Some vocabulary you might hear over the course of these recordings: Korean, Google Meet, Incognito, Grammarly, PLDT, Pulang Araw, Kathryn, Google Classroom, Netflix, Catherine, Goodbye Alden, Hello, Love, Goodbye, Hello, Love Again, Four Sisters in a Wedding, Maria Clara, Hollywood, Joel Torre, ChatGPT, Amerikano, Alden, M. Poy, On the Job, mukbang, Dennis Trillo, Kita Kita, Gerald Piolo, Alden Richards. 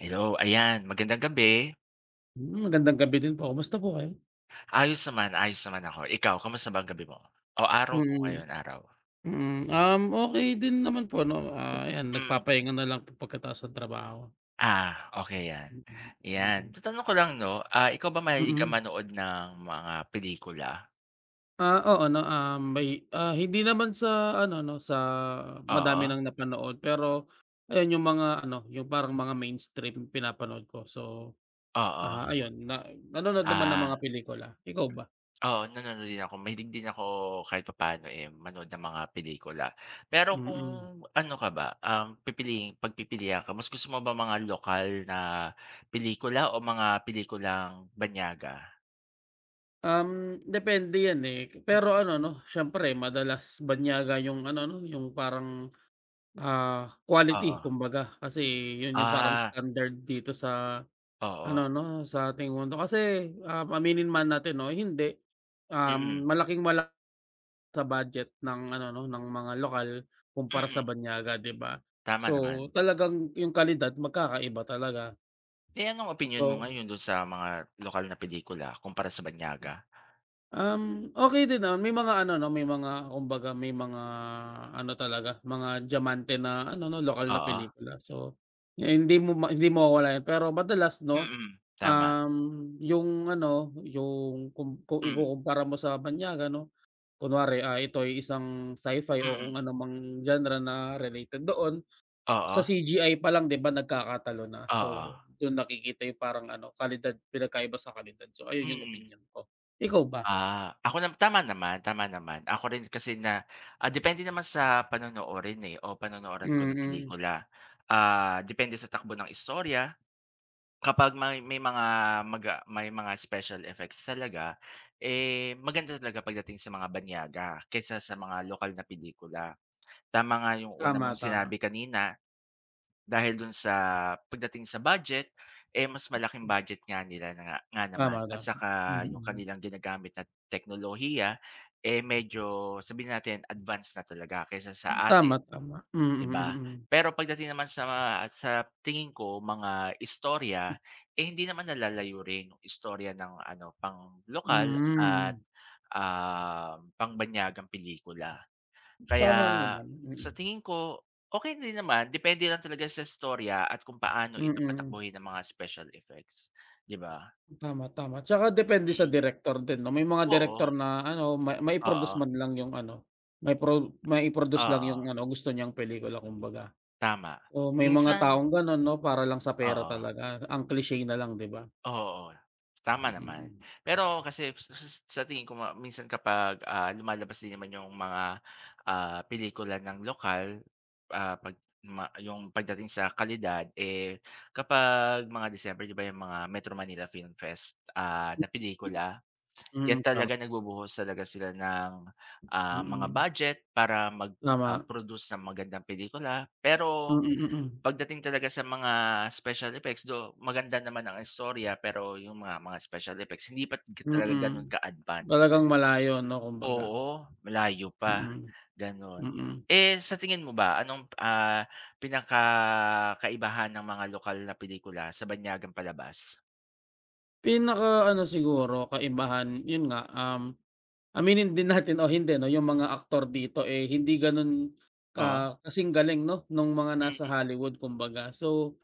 Hello, ayan magandang gabi. Magandang gabi din po. Kumusta po kayo? Ayos naman ako. Ikaw kamusta ba ang gabi mo? O araw mo Mm, ngayon, araw? okay din naman po 'no, ayan Mm. nagpapahinga na lang po pagkatapos ng trabaho. Ah, okay 'yan. Mm, mm. 'Yan, Mm. tatanong ko lang 'no, ah, ikaw ba mahilig kang Mm. manood ng mga pelikula? Ah, oo 'no, may hindi naman sa ano 'no, sa madami Oo, nang napanood pero ayun yung mga ano, yung parang mga mainstream pinapanood ko. So, oo. Ayun na nanonood naman ng Ah, mga pelikula. Ikaw ba? oo nanonood din ako. Mahilig din ako kahit papaano, eh, manood ng mga pelikula. Pero kung Mm. ano ka ba, pipiliin pagpipilian ka, mas gusto mo ba mga lokal na pelikula o mga pelikulang banyaga? Depende yan, eh, pero ano 'no, siyempre madalas banyaga yung ano 'no, yung parang, Oo. quality kumbaga. Kasi yun yung parang Ah, standard dito sa oo. ano 'no, sa ating mundo. Kasi, aminin man natin no? Hindi, Mm, malaking wala sa budget ng ano 'no, ng mga lokal kumpara mm, sa banyaga, 'di ba? tama So, naman. talagang yung kalidad magkakaiba talaga. Eh, anong opinyon mo So ngayon dun sa mga lokal na pelikula kumpara sa Banyaga? Okay din naman. May mga ano 'no, may mga kumbaga may mga ano talaga, mga diamante na ano 'no, lokal na Oo, pelikula. So, y- hindi mo ma hindi mawawala 'yan. Pero madalas 'no, mm, tama. um, yung ano, yung kung Hmm, ikukumpara mo sa banyaga 'no, kunwari, ito ay isang sci-fi o kung mm. ano anumang genre na related doon, Oo, sa CGI pa lang 'di ba nagkakatalo na. oo, So, dun nakikita yung parang ano, kalidad pinagkaiba sa kalidad. So, ayun yung mm. opinyon ko. Ikaw ba? Ah, ako nam tama naman, tama naman. Ako rin kasi na ah, depende naman sa panonoorin, eh, o panonooran ko na Mm. pelikula. Ah, depende sa takbo ng istorya. Kapag may may mga maga may mga special effects talaga, eh, maganda talaga pagdating sa mga banyaga kaysa sa mga lokal na pelikula. Tama nga yung una Tama, mong tama. sinabi kanina dahil dun sa pagdating sa budget, eh, mas malaking budget nga nila na nga nga naman Tama, at tama. saka Mm. yung Mm. kanilang ginagamit na teknolohiya, eh, medyo sabihin natin advance na talaga kaysa sa atin. Tama, tama. Mm, 'Di mm. ba? Mm. Pero pagdating naman sa mga, sa tingin ko, mga istorya, eh, hindi naman nalalayo rin yung istorya ng ano pang lokal at, Hmm. Pangbanyagang pelikula. Kaya Tama naman, sa mm. tingin ko, okay din naman depende lang talaga sa istorya at kung paano Mm. ito Mm. patakbuhin ng mga special effects, 'di ba? Tama, tama. Tsaka depende sa Mm. direktor din 'no, may mga Oo, direktor na ano mai-produce oo, man lang yung ano, mai-pro mai-produce lang yung oo, ano gusto niyang pelikula kumbaga. tama. So, may mga Minsan taong gano'n 'no, para lang sa pera oo. talaga, ang cliche na lang 'di ba? Oo, tama naman. Mm. Pero kasi s s sa tingin ko nga minsan kapag, ah, lumalabas din naman yung mga, ah, pelikula ng lokal, ah, 'pag yung pagdating sa kalidad, eh, kapag mga December, 'di ba, yung mga Metro Manila Film Fest, ah, na pelikula, Mm, yan Mm, tama. talaga nagbubuhos talaga sila ng, Mm. ah, mga Mm. budget para mag, ah, Tama. produce ng magandang pelikula. Pero Mm, mm. Mm. pagdating talaga sa mga special effects, though maganda naman ang istorya, pero yung mga special effects hindi pa talaga gano'n Mm. ka-advance. Talagang malayo 'no kumbaga, Oo, malayo pa, mm, gano'n. mm. Eh, sa tingin mo ba anong, ah, pinakakaibahan ng mga lokal na pelikula sa banyagang palabas? Pinakaano siguro kaibahan, yun nga, aminin din natin o hindi 'no, yung mga aktor dito, eh, hindi ganun Oh, kasing galing 'no, nung mga nasa mm. Hollywood kumbaga. So,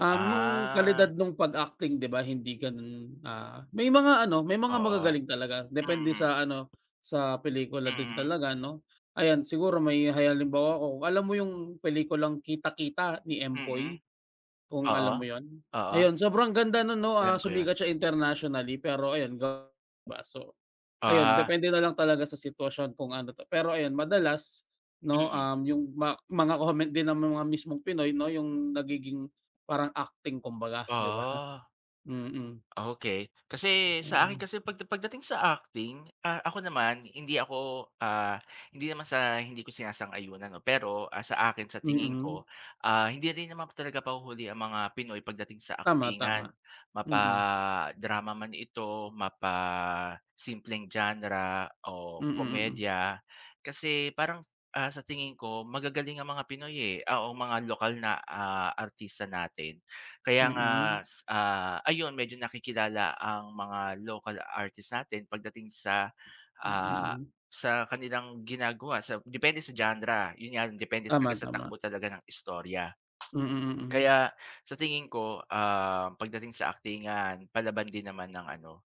yung Ah, kalidad nung pag-acting 'di ba hindi ganun, may mga ano, may mga oo. magagaling talaga depende Mm, sa ano, sa pelikula din mm, talaga 'no. Ayan siguro may halimbawa ako, alam mo yung pelikulang Kita Kita ni mm, M. mm. Poy? Kung Oo, alam mo yun? oo. Ayun, sobrang ganda nun 'no, Alam ko yun. sumikat siya internationally pero ayun ga ba so, ayun Ah, depende na lang talaga sa sitwasyon kung ano 'to. Pero ayun madalas 'no, mm, yung mga comment din ng mga mismong Pinoy 'no, yung nagiging parang acting kumbaga, 'di ba? oo. Mm, Okay, kasi sa akin ayun. kasi pagdating sa acting, ah, ako naman hindi ako, ah, hindi naman sa hindi ko sinasang-ayunan 'no, pero, ah, sa akin sa tingin ko, Mm, ah, hindi rin naman talaga pahuhuli ang mga Pinoy pagdating sa tama, tama. aktingan. Mm, Mapa-drama man ito, mapa-simpleng genre o mm, mm. komedya. Kasi parang, ah, sa tingin ko magagaling ang mga Pinoy, eh, ah, o mga lokal na, ah, artista natin. Kaya nga Mm, ayun medyo nakikilala ang mga local artists natin pagdating sa, ah, mm. sa kanilang ginagawa sa depende sa genre, yun nga depende talaga Tama, sa takbo tama. talaga ng istorya. Mm, mm. Kaya sa tingin ko, ah, pagdating sa aktingan palaban din naman ng ano,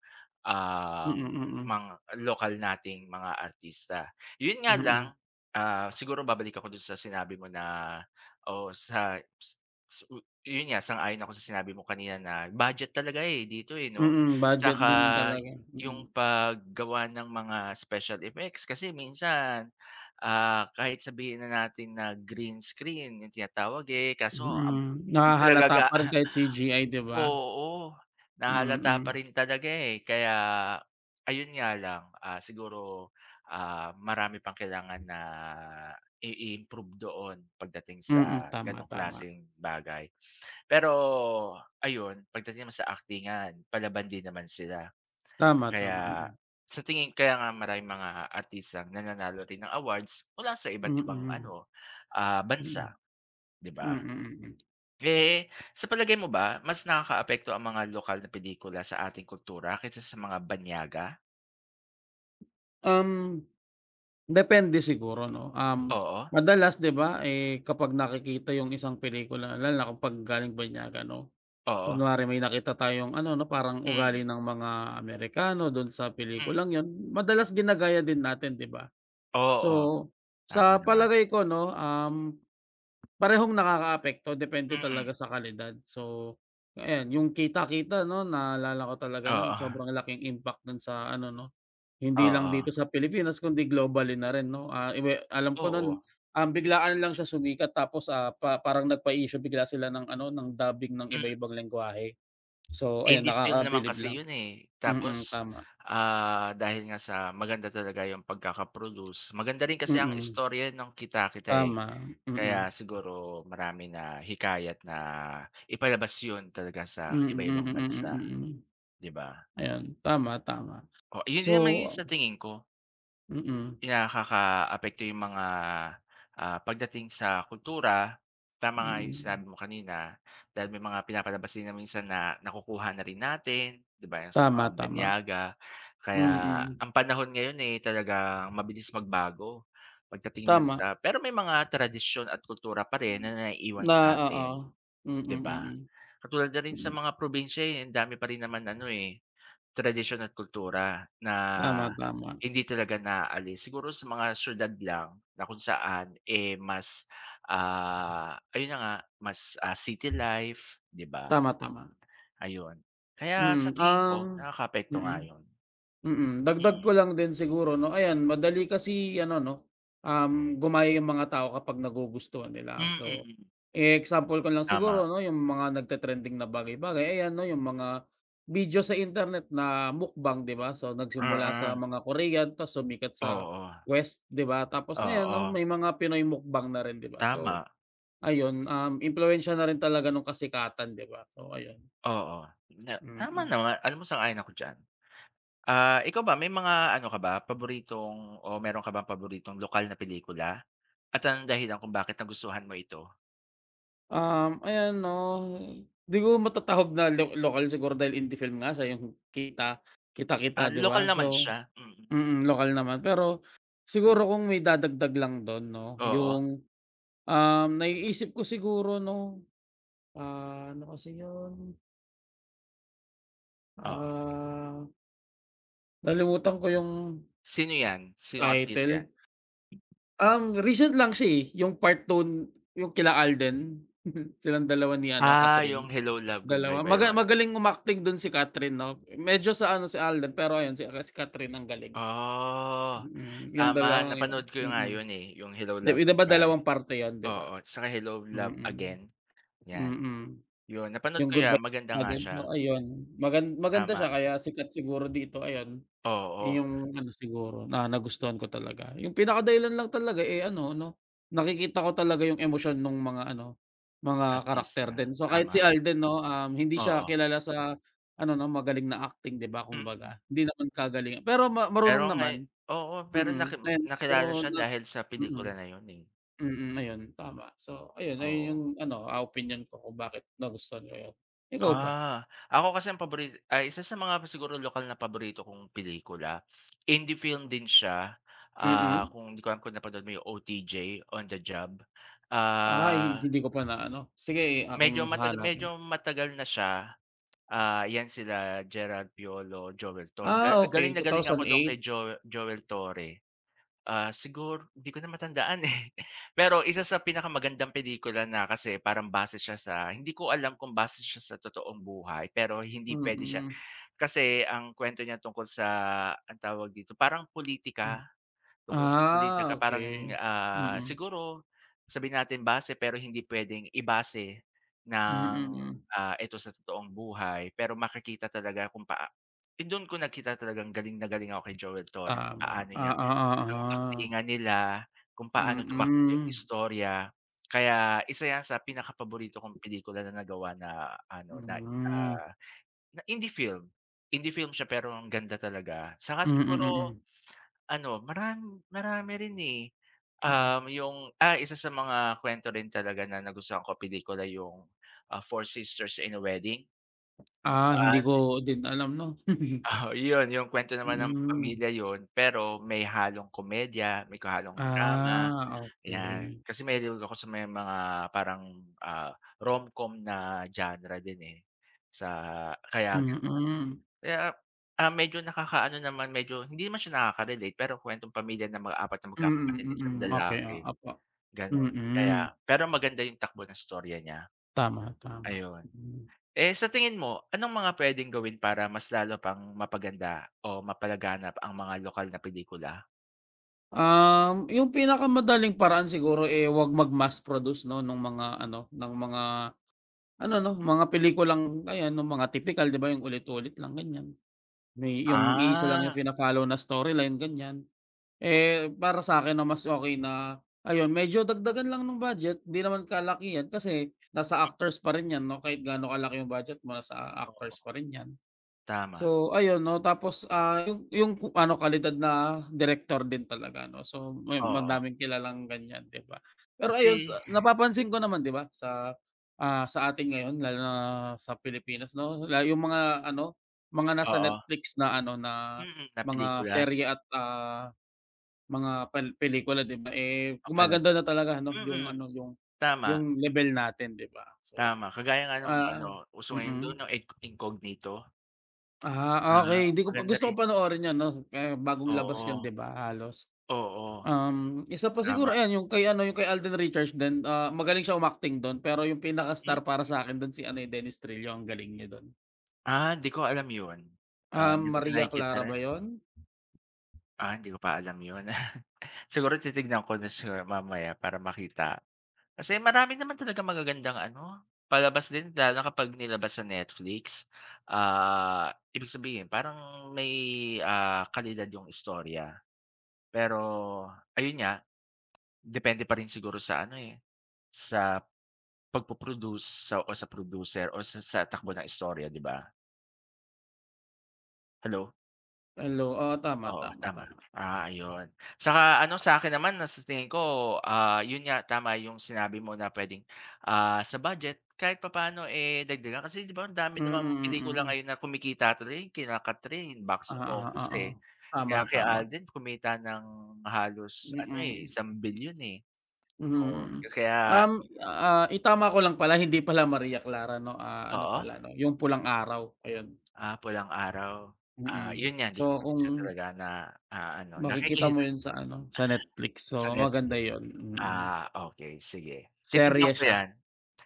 Mm, ang mm. mga lokal nating mga artista. Yun nga lang, Mm, ah, siguro babalik ako dun sa sinabi mo na o sa s su yun nga, sang-ayon ako sa sinabi mo kanina na budget talaga, eh, dito, eh, 'no? mm. Budget Tsaka din talaga, mm. yung paggawa ng mga special effects kasi minsan, ah, kahit sabihin na natin na green screen yung tinatawag, eh, kaso Mm, hindi talaga nahahalata pa rin kahit CGI 'di ba? oo, nahalata pa Mm, rin talaga, eh. Kaya ayun nga lang, ah, siguro, ah, marami pang kailangan na i-improve doon pagdating mm, sa tama, gano'ng tama. klaseng bagay. Pero ayun, pagdating naman sa aktingan, palaban din naman sila. Tama, tama, Kaya mm. sa tingin kaya nga maraming mga artistang nananalo rin ng awards mula sa iba't ibang Mm, ano, ah, bansa, 'di ba? mm, mm, mm. Eh, sa palagay mo ba mas nakakaapekto ang mga lokal na pelikula sa ating kultura kaysa sa mga banyaga? Um, depende siguro 'no, Oo, madalas 'di ba, eh, kapag nakikita yung isang pelikula lalo na kapag galing banyaga 'no, oo, kunwari may nakita tayong ano 'no, parang ugali mm, ng mga Amerikano dun sa mm, pelikulang yun, madalas ginagaya din natin 'di ba? oo, So, tama sa naman, palagay ko 'no, parehong nakakaapekto depende mm, talaga sa kalidad. So, ayan yung kita-kita 'no, naalala ko talaga oo, nun sobrang laking impact nun sa ano 'no, hindi lang oo, dito sa Pilipinas kundi globally na rin 'no. Ah, alam ko oo, nun, biglaan lang siya sumikat tapos, parang nagpa-issue bigla sila ng ano, ng dubbing ng hmm, iba-ibang lengguwahe. So ayun, indie film naman nakakabilib kasi lang. yun, eh, Mm, tapos, tama. ah, dahil nga sa maganda talaga yung pagkakaproduce, maganda rin kasi ang Mm, istorya ng Kita-Kita, eh, tama. Mm. kaya siguro marami na hikayat na ipalabas yun talaga sa Mm, mm, iba-ibang bansa, mm, mm. 'di ba? Ayun, tama, tama. Oh, yun So din naman yung sa tingin ko, mm, nakakaapekto yung mga, ah, pagdating sa kultura. Tama nga yung sinabi mm. mo kanina, dahil may mga pinapalabas din na minsan na nakukuha na rin natin, 'di ba, yung sa mga Tama, tama. banyaga. Kaya Mm, ang panahon ngayon, eh, talagang mabilis magbago pagdating man tama. sa pero may mga tradisyon at kultura pa rin na naiiwan Na oo. sa'tin, Mm, 'di ba? mm. Katulad na rin sa mga probinsya, eh, ang dami pa rin naman ano, eh, tradisyon at kultura na Tama, tama. hindi talaga naaalis. Siguro sa mga siyudad lang na kung saan, eh, mas, ah, ayun na nga, mas, ah, city life, 'di ba? Tama, tama. Ayun. Kaya sa Mm, tingin ko nakakaapekto nga mm. yun. Mm, dagdag Mm, ko lang din siguro 'no, ayan madali kasi ano 'no, gumaya yung mga tao kapag nagugustuhan nila. So, mm. eh, example ko lang Tama, siguro 'no, yung mga nagte-trending na bagay-bagay, ayan 'no, yung mga video sa internet na mukbang 'di ba? So, nagsimula sa mm. mga Korean tas sumikat sa Oo, West 'di ba? Tapos ngayon 'no, oo, may mga Pinoy mukbang na rin 'di ba? So tama, ayun, impluwensiya na rin talaga nung kasikatan 'di ba? So ayun, oo. Na mm. tama Mm. naman, alam mo sang-ayon ako diyan. Ah, ikaw ba may mga ano ka ba, paboritong o meron ka bang paboritong lokal na pelikula? At anong dahilan kung bakit nagustuhan mo ito? Ayan 'no, di ko matatahog na lokal siguro dahil indie film nga siya yung kita kita kita Ah, di lokal ba? naman So siya, mm. Lokal naman. Pero siguro kung may dadagdag lang dun 'no, Oo, yung, naiisip ko siguro 'no, ano kasi yun, oo. ah, nalimutan ko yung Sino 'yan? Sinong artista 'yan? title. Recent lang siya, eh, yung part 2 yung kila Alden, silang dalawa ni ano, Ah, yung Catherine. Hello, Love, Goodbye Dalawa ba yon? magaling umacting dun si Catherine 'no, medyo sa ano si Alden pero ayun si si Catherine ang galing. Oh, Mm, yung tama dalawang yun, napanood ko nga mm. yun, eh, yung Hello, 'Di Love, di ba Goodbye. dalawang parte yun 'di ba? Oo, saka Hello, Love Mm, Again, 'yan. mm. Yun, napanood Yung ko 'yan, Goodbye maganda nga Alden siya, so ayun, maganda tama. siya kaya sikat siguro dito, ayun. Yun Oo, yung ano siguro na nagustuhan ko talaga. Yung pinakadahilan lang talaga, eh, ano 'no, nakikita ko talaga yung emosyon nung mga ano, mga karakter artista, din. So, kahit tama, si Alden 'no, hindi siya oo, kilala sa ano 'no, magaling na acting 'di ba, mm. kumbaga. Hindi naman kagalingan pero Pero marunong ngay naman, Oo, pero mm. Ayun, pero nakilala siya dahil sa mm, pelikula na yun, eh, mm, ayun tama. So, ayun, ayun oo. yung ano, opinyon ko kung bakit nagustuhan ko yun. Ikaw ba? Ah, ako kasi ang pabori ay isa sa mga siguro lokal na paborito kong pelikula, indie film din siya, ah, Mm. kung di ko alam kung napanood mo yung OTJ, On the Job. Ay, Ah, hindi ko pa na ano, sige aking hahanapin. medyo matagal na siya, ah, 'yan sila Gerald Piolo, Joel Torre, Ah, galing okey, na two galing ako thousand dun kay eight Joel Torre. Ah, siguro di ko na matandaan, eh. Pero isa sa pinakamagandang pelikula na kasi parang base siya sa hindi ko alam kung base siya sa totoong buhay, pero hindi puwede siya Mm. kasi ang kwento niya tungkol sa anong tawag dito, parang politika tungkol sa politika Ah, parang, okey. ah, Mm. siguro sabihin natin base pero hindi puwedeng ibase Mm, ng, mm. ah, ito sa totoong buhay. Pero makikita talaga kung do'n ko nakita talagang galing na galing ako kay Joel Torre, Tama. paano niya Oo, yung oo. aktingan nila, kung paano tumakbo yung Mm. istorya. Kaya isa 'yan sa pinakapaborito kong pelikula na nagawa na ano, na, Hmm. ah, na indie film. Indie film siya pero ang ganda talaga. Saka Mm, siguro mm. ano, marami rin, eh, Hmm. Yung ah, isa sa mga kuwento rin talaga na nagustuhan ko pelikula yung, ah, Four Sisters in a Wedding, kung Ah, hindi saan ko din alam 'no? oo, yun, yung kuwento naman ng Hmm. pamilya yun, pero may halong komedya, may kahalong drama. Ah, Ayan, okey. kasi mahilig ako sa may mga parang, ah, com na genre din, eh, sa kaya gano'n. Mm. Kaya, ah, medyo nakakaano naman, medyo hindi naman siya nakaka-relate pero kwentong pamilya ng mga apat na magkakapatid, Mm, isang mm. Okey, oh, lalaki, opo. gano'n. Kaya Mm. pero maganda yung takbo ng storya niya. Tama, tama. Ayun. Hmm. Eh, sa tingin mo, anong mga puwedeng gawin para mas lalo pang mapaganda o mapalaganap ang mga lokal na pelikula? Yung pinakamadaling paraan siguro, eh, 'wag mag-mass produce 'no, ng mga ano 'no, mga pelikulang ayan, nung mga tipikal 'di ba, yung ulit-ulit lang ganyan. May yung iisa lang yung Ah, fina-follow na storyline ganyan. Eh, para sa akin ang mas okay na ayun, medyo dagdagan lang ng budget, 'di naman kalakihan kasi nasa actors pa rin 'yan 'no, kahit gaano kalaki yung budget mo nasa oo, actors pa rin 'yan. tama. So ayun 'no, tapos, yung ano kalidad na director din talaga 'no, so may Oo, madaming kilalang ganyan 'di ba? Pero ayun kasi. sa napapansin ko naman 'di ba sa, sa atin ngayon lalo na sa Pilipinas 'no, yung mga ano, mga nasa Oo. Netflix na ano na Mm. Na mga pelikula, serye at, mga pelikula 'di ba, eh, gumaganda papalabas. na talaga 'no yung Mm, ano, yung tama, yung level natin 'di ba? So, tama kagaya nga nung ano, ah uso mm. ngayon Mm. dun yung Incognito. Ah, Ah, okay, di ko pa maganda gusto ko rin. panoorin 'yan 'no, eh, bagong labas 'yun Oo, 'di ba halos. oo, Isa pa tama. siguro ayan yung kay ano, yung kay Alden Richards din, magaling siya umacting dun pero yung Hmm? pinaka-star para sa'kin dun si ano, eh, Dennis Trillo ang galing niya dun. Ah, hindi ko alam yun. Ah, Um, hindi ko pa Maria nakikita Clara rin. ba 'yun? Ah, hindi ko pa alam yun. Siguro titignan ko na siguro mamaya para makita. Kasi marami naman talaga magagandang ano, palabas din lalo na kapag nilabas sa Netflix. Ah, ibig sabihin parang may, ah, kalidad yung istorya. Pero ayun nga, depende pa rin siguro sa ano, eh, sa pagpo-produce sa o sa producer o sa takbo ng istorya, 'di ba? Hello? Hello, oo tama, Oo, tama, tama. tama. Ah, ayun. Saka ano sa akin naman na tingin ko, ah, yun nga tama yung sinabi mo na puwedeng, ah, sa budget kahit papaano, eh, dagdagan kasi 'di ba ang dami namang Mm, pelikula mm. ngayon na kumikita talaga, yung kina Kathryn box Oo, office, oo. eh. Tama, Kaya kay tama. Alden kumita ng halos ano, eh, Mm. ₱1,000,000,000, eh. Mm, mm. Mm, Oo, mm. kaya Um, itama ko lang pala hindi pala Maria Clara 'no, ano oo. pala 'no, yung Pulang Araw, ayun. Ah, Pulang Araw. Mm. Ah, Mm. yun nga, hindi So ko pa rin siya kung talaga na, ah, ano, Makikita mo nakikita yun sa ano, sa Netflix. So, sa maganda Netflix. yun, mm. Ah, okey sige. Titignan Serye ko siya, yan.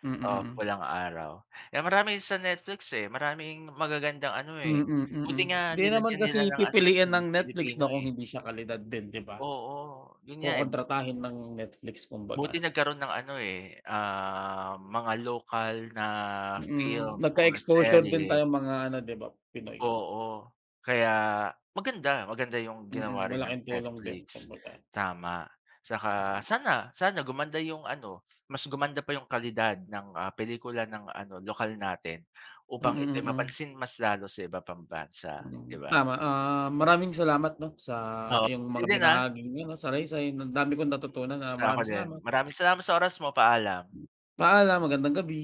mm, Oo, mm. Pulang Araw. Eh, marami sa Netflix, eh, maraming magagandang ano, Mm, eh, mm. Mm, buti mm. nga 'Di naman nilagyan kasi nila ng ano pipiliin dun, ng eh, Netflix Pilipino, na kung eh. hindi siya kalidad din, 'di ba? Oo, yun nga, eh, Kokontratahin ng Netflix buti kumbaga. nagkaroon ng ano, eh, ah, mga lokal na Mm, film or nagka-exposure din serye. tayo mga ano, 'di ba, Pinoy. Oo, kaya maganda, maganda yung Mm, ginawa rin ng malaking tulong din Netflix, kumbaga. tama. Saka sana sana gumanda yung ano, mas gumanda pa yung kalidad ng, ah, pelikula ng ano lokal natin Mm, upang ito'y mm. Mm, mapansin mas lalo sa iba pang bansa, 'di Mm, ba? tama. Ah, maraming salamat 'no, sa Oo, yung yun mga din, ah, binahaging ano, salaysay. Ang dami kong natutunan, gusto ako maraming din. salamat. Maraming salamat sa oras mo, paalam. Paalam, magandang gabi.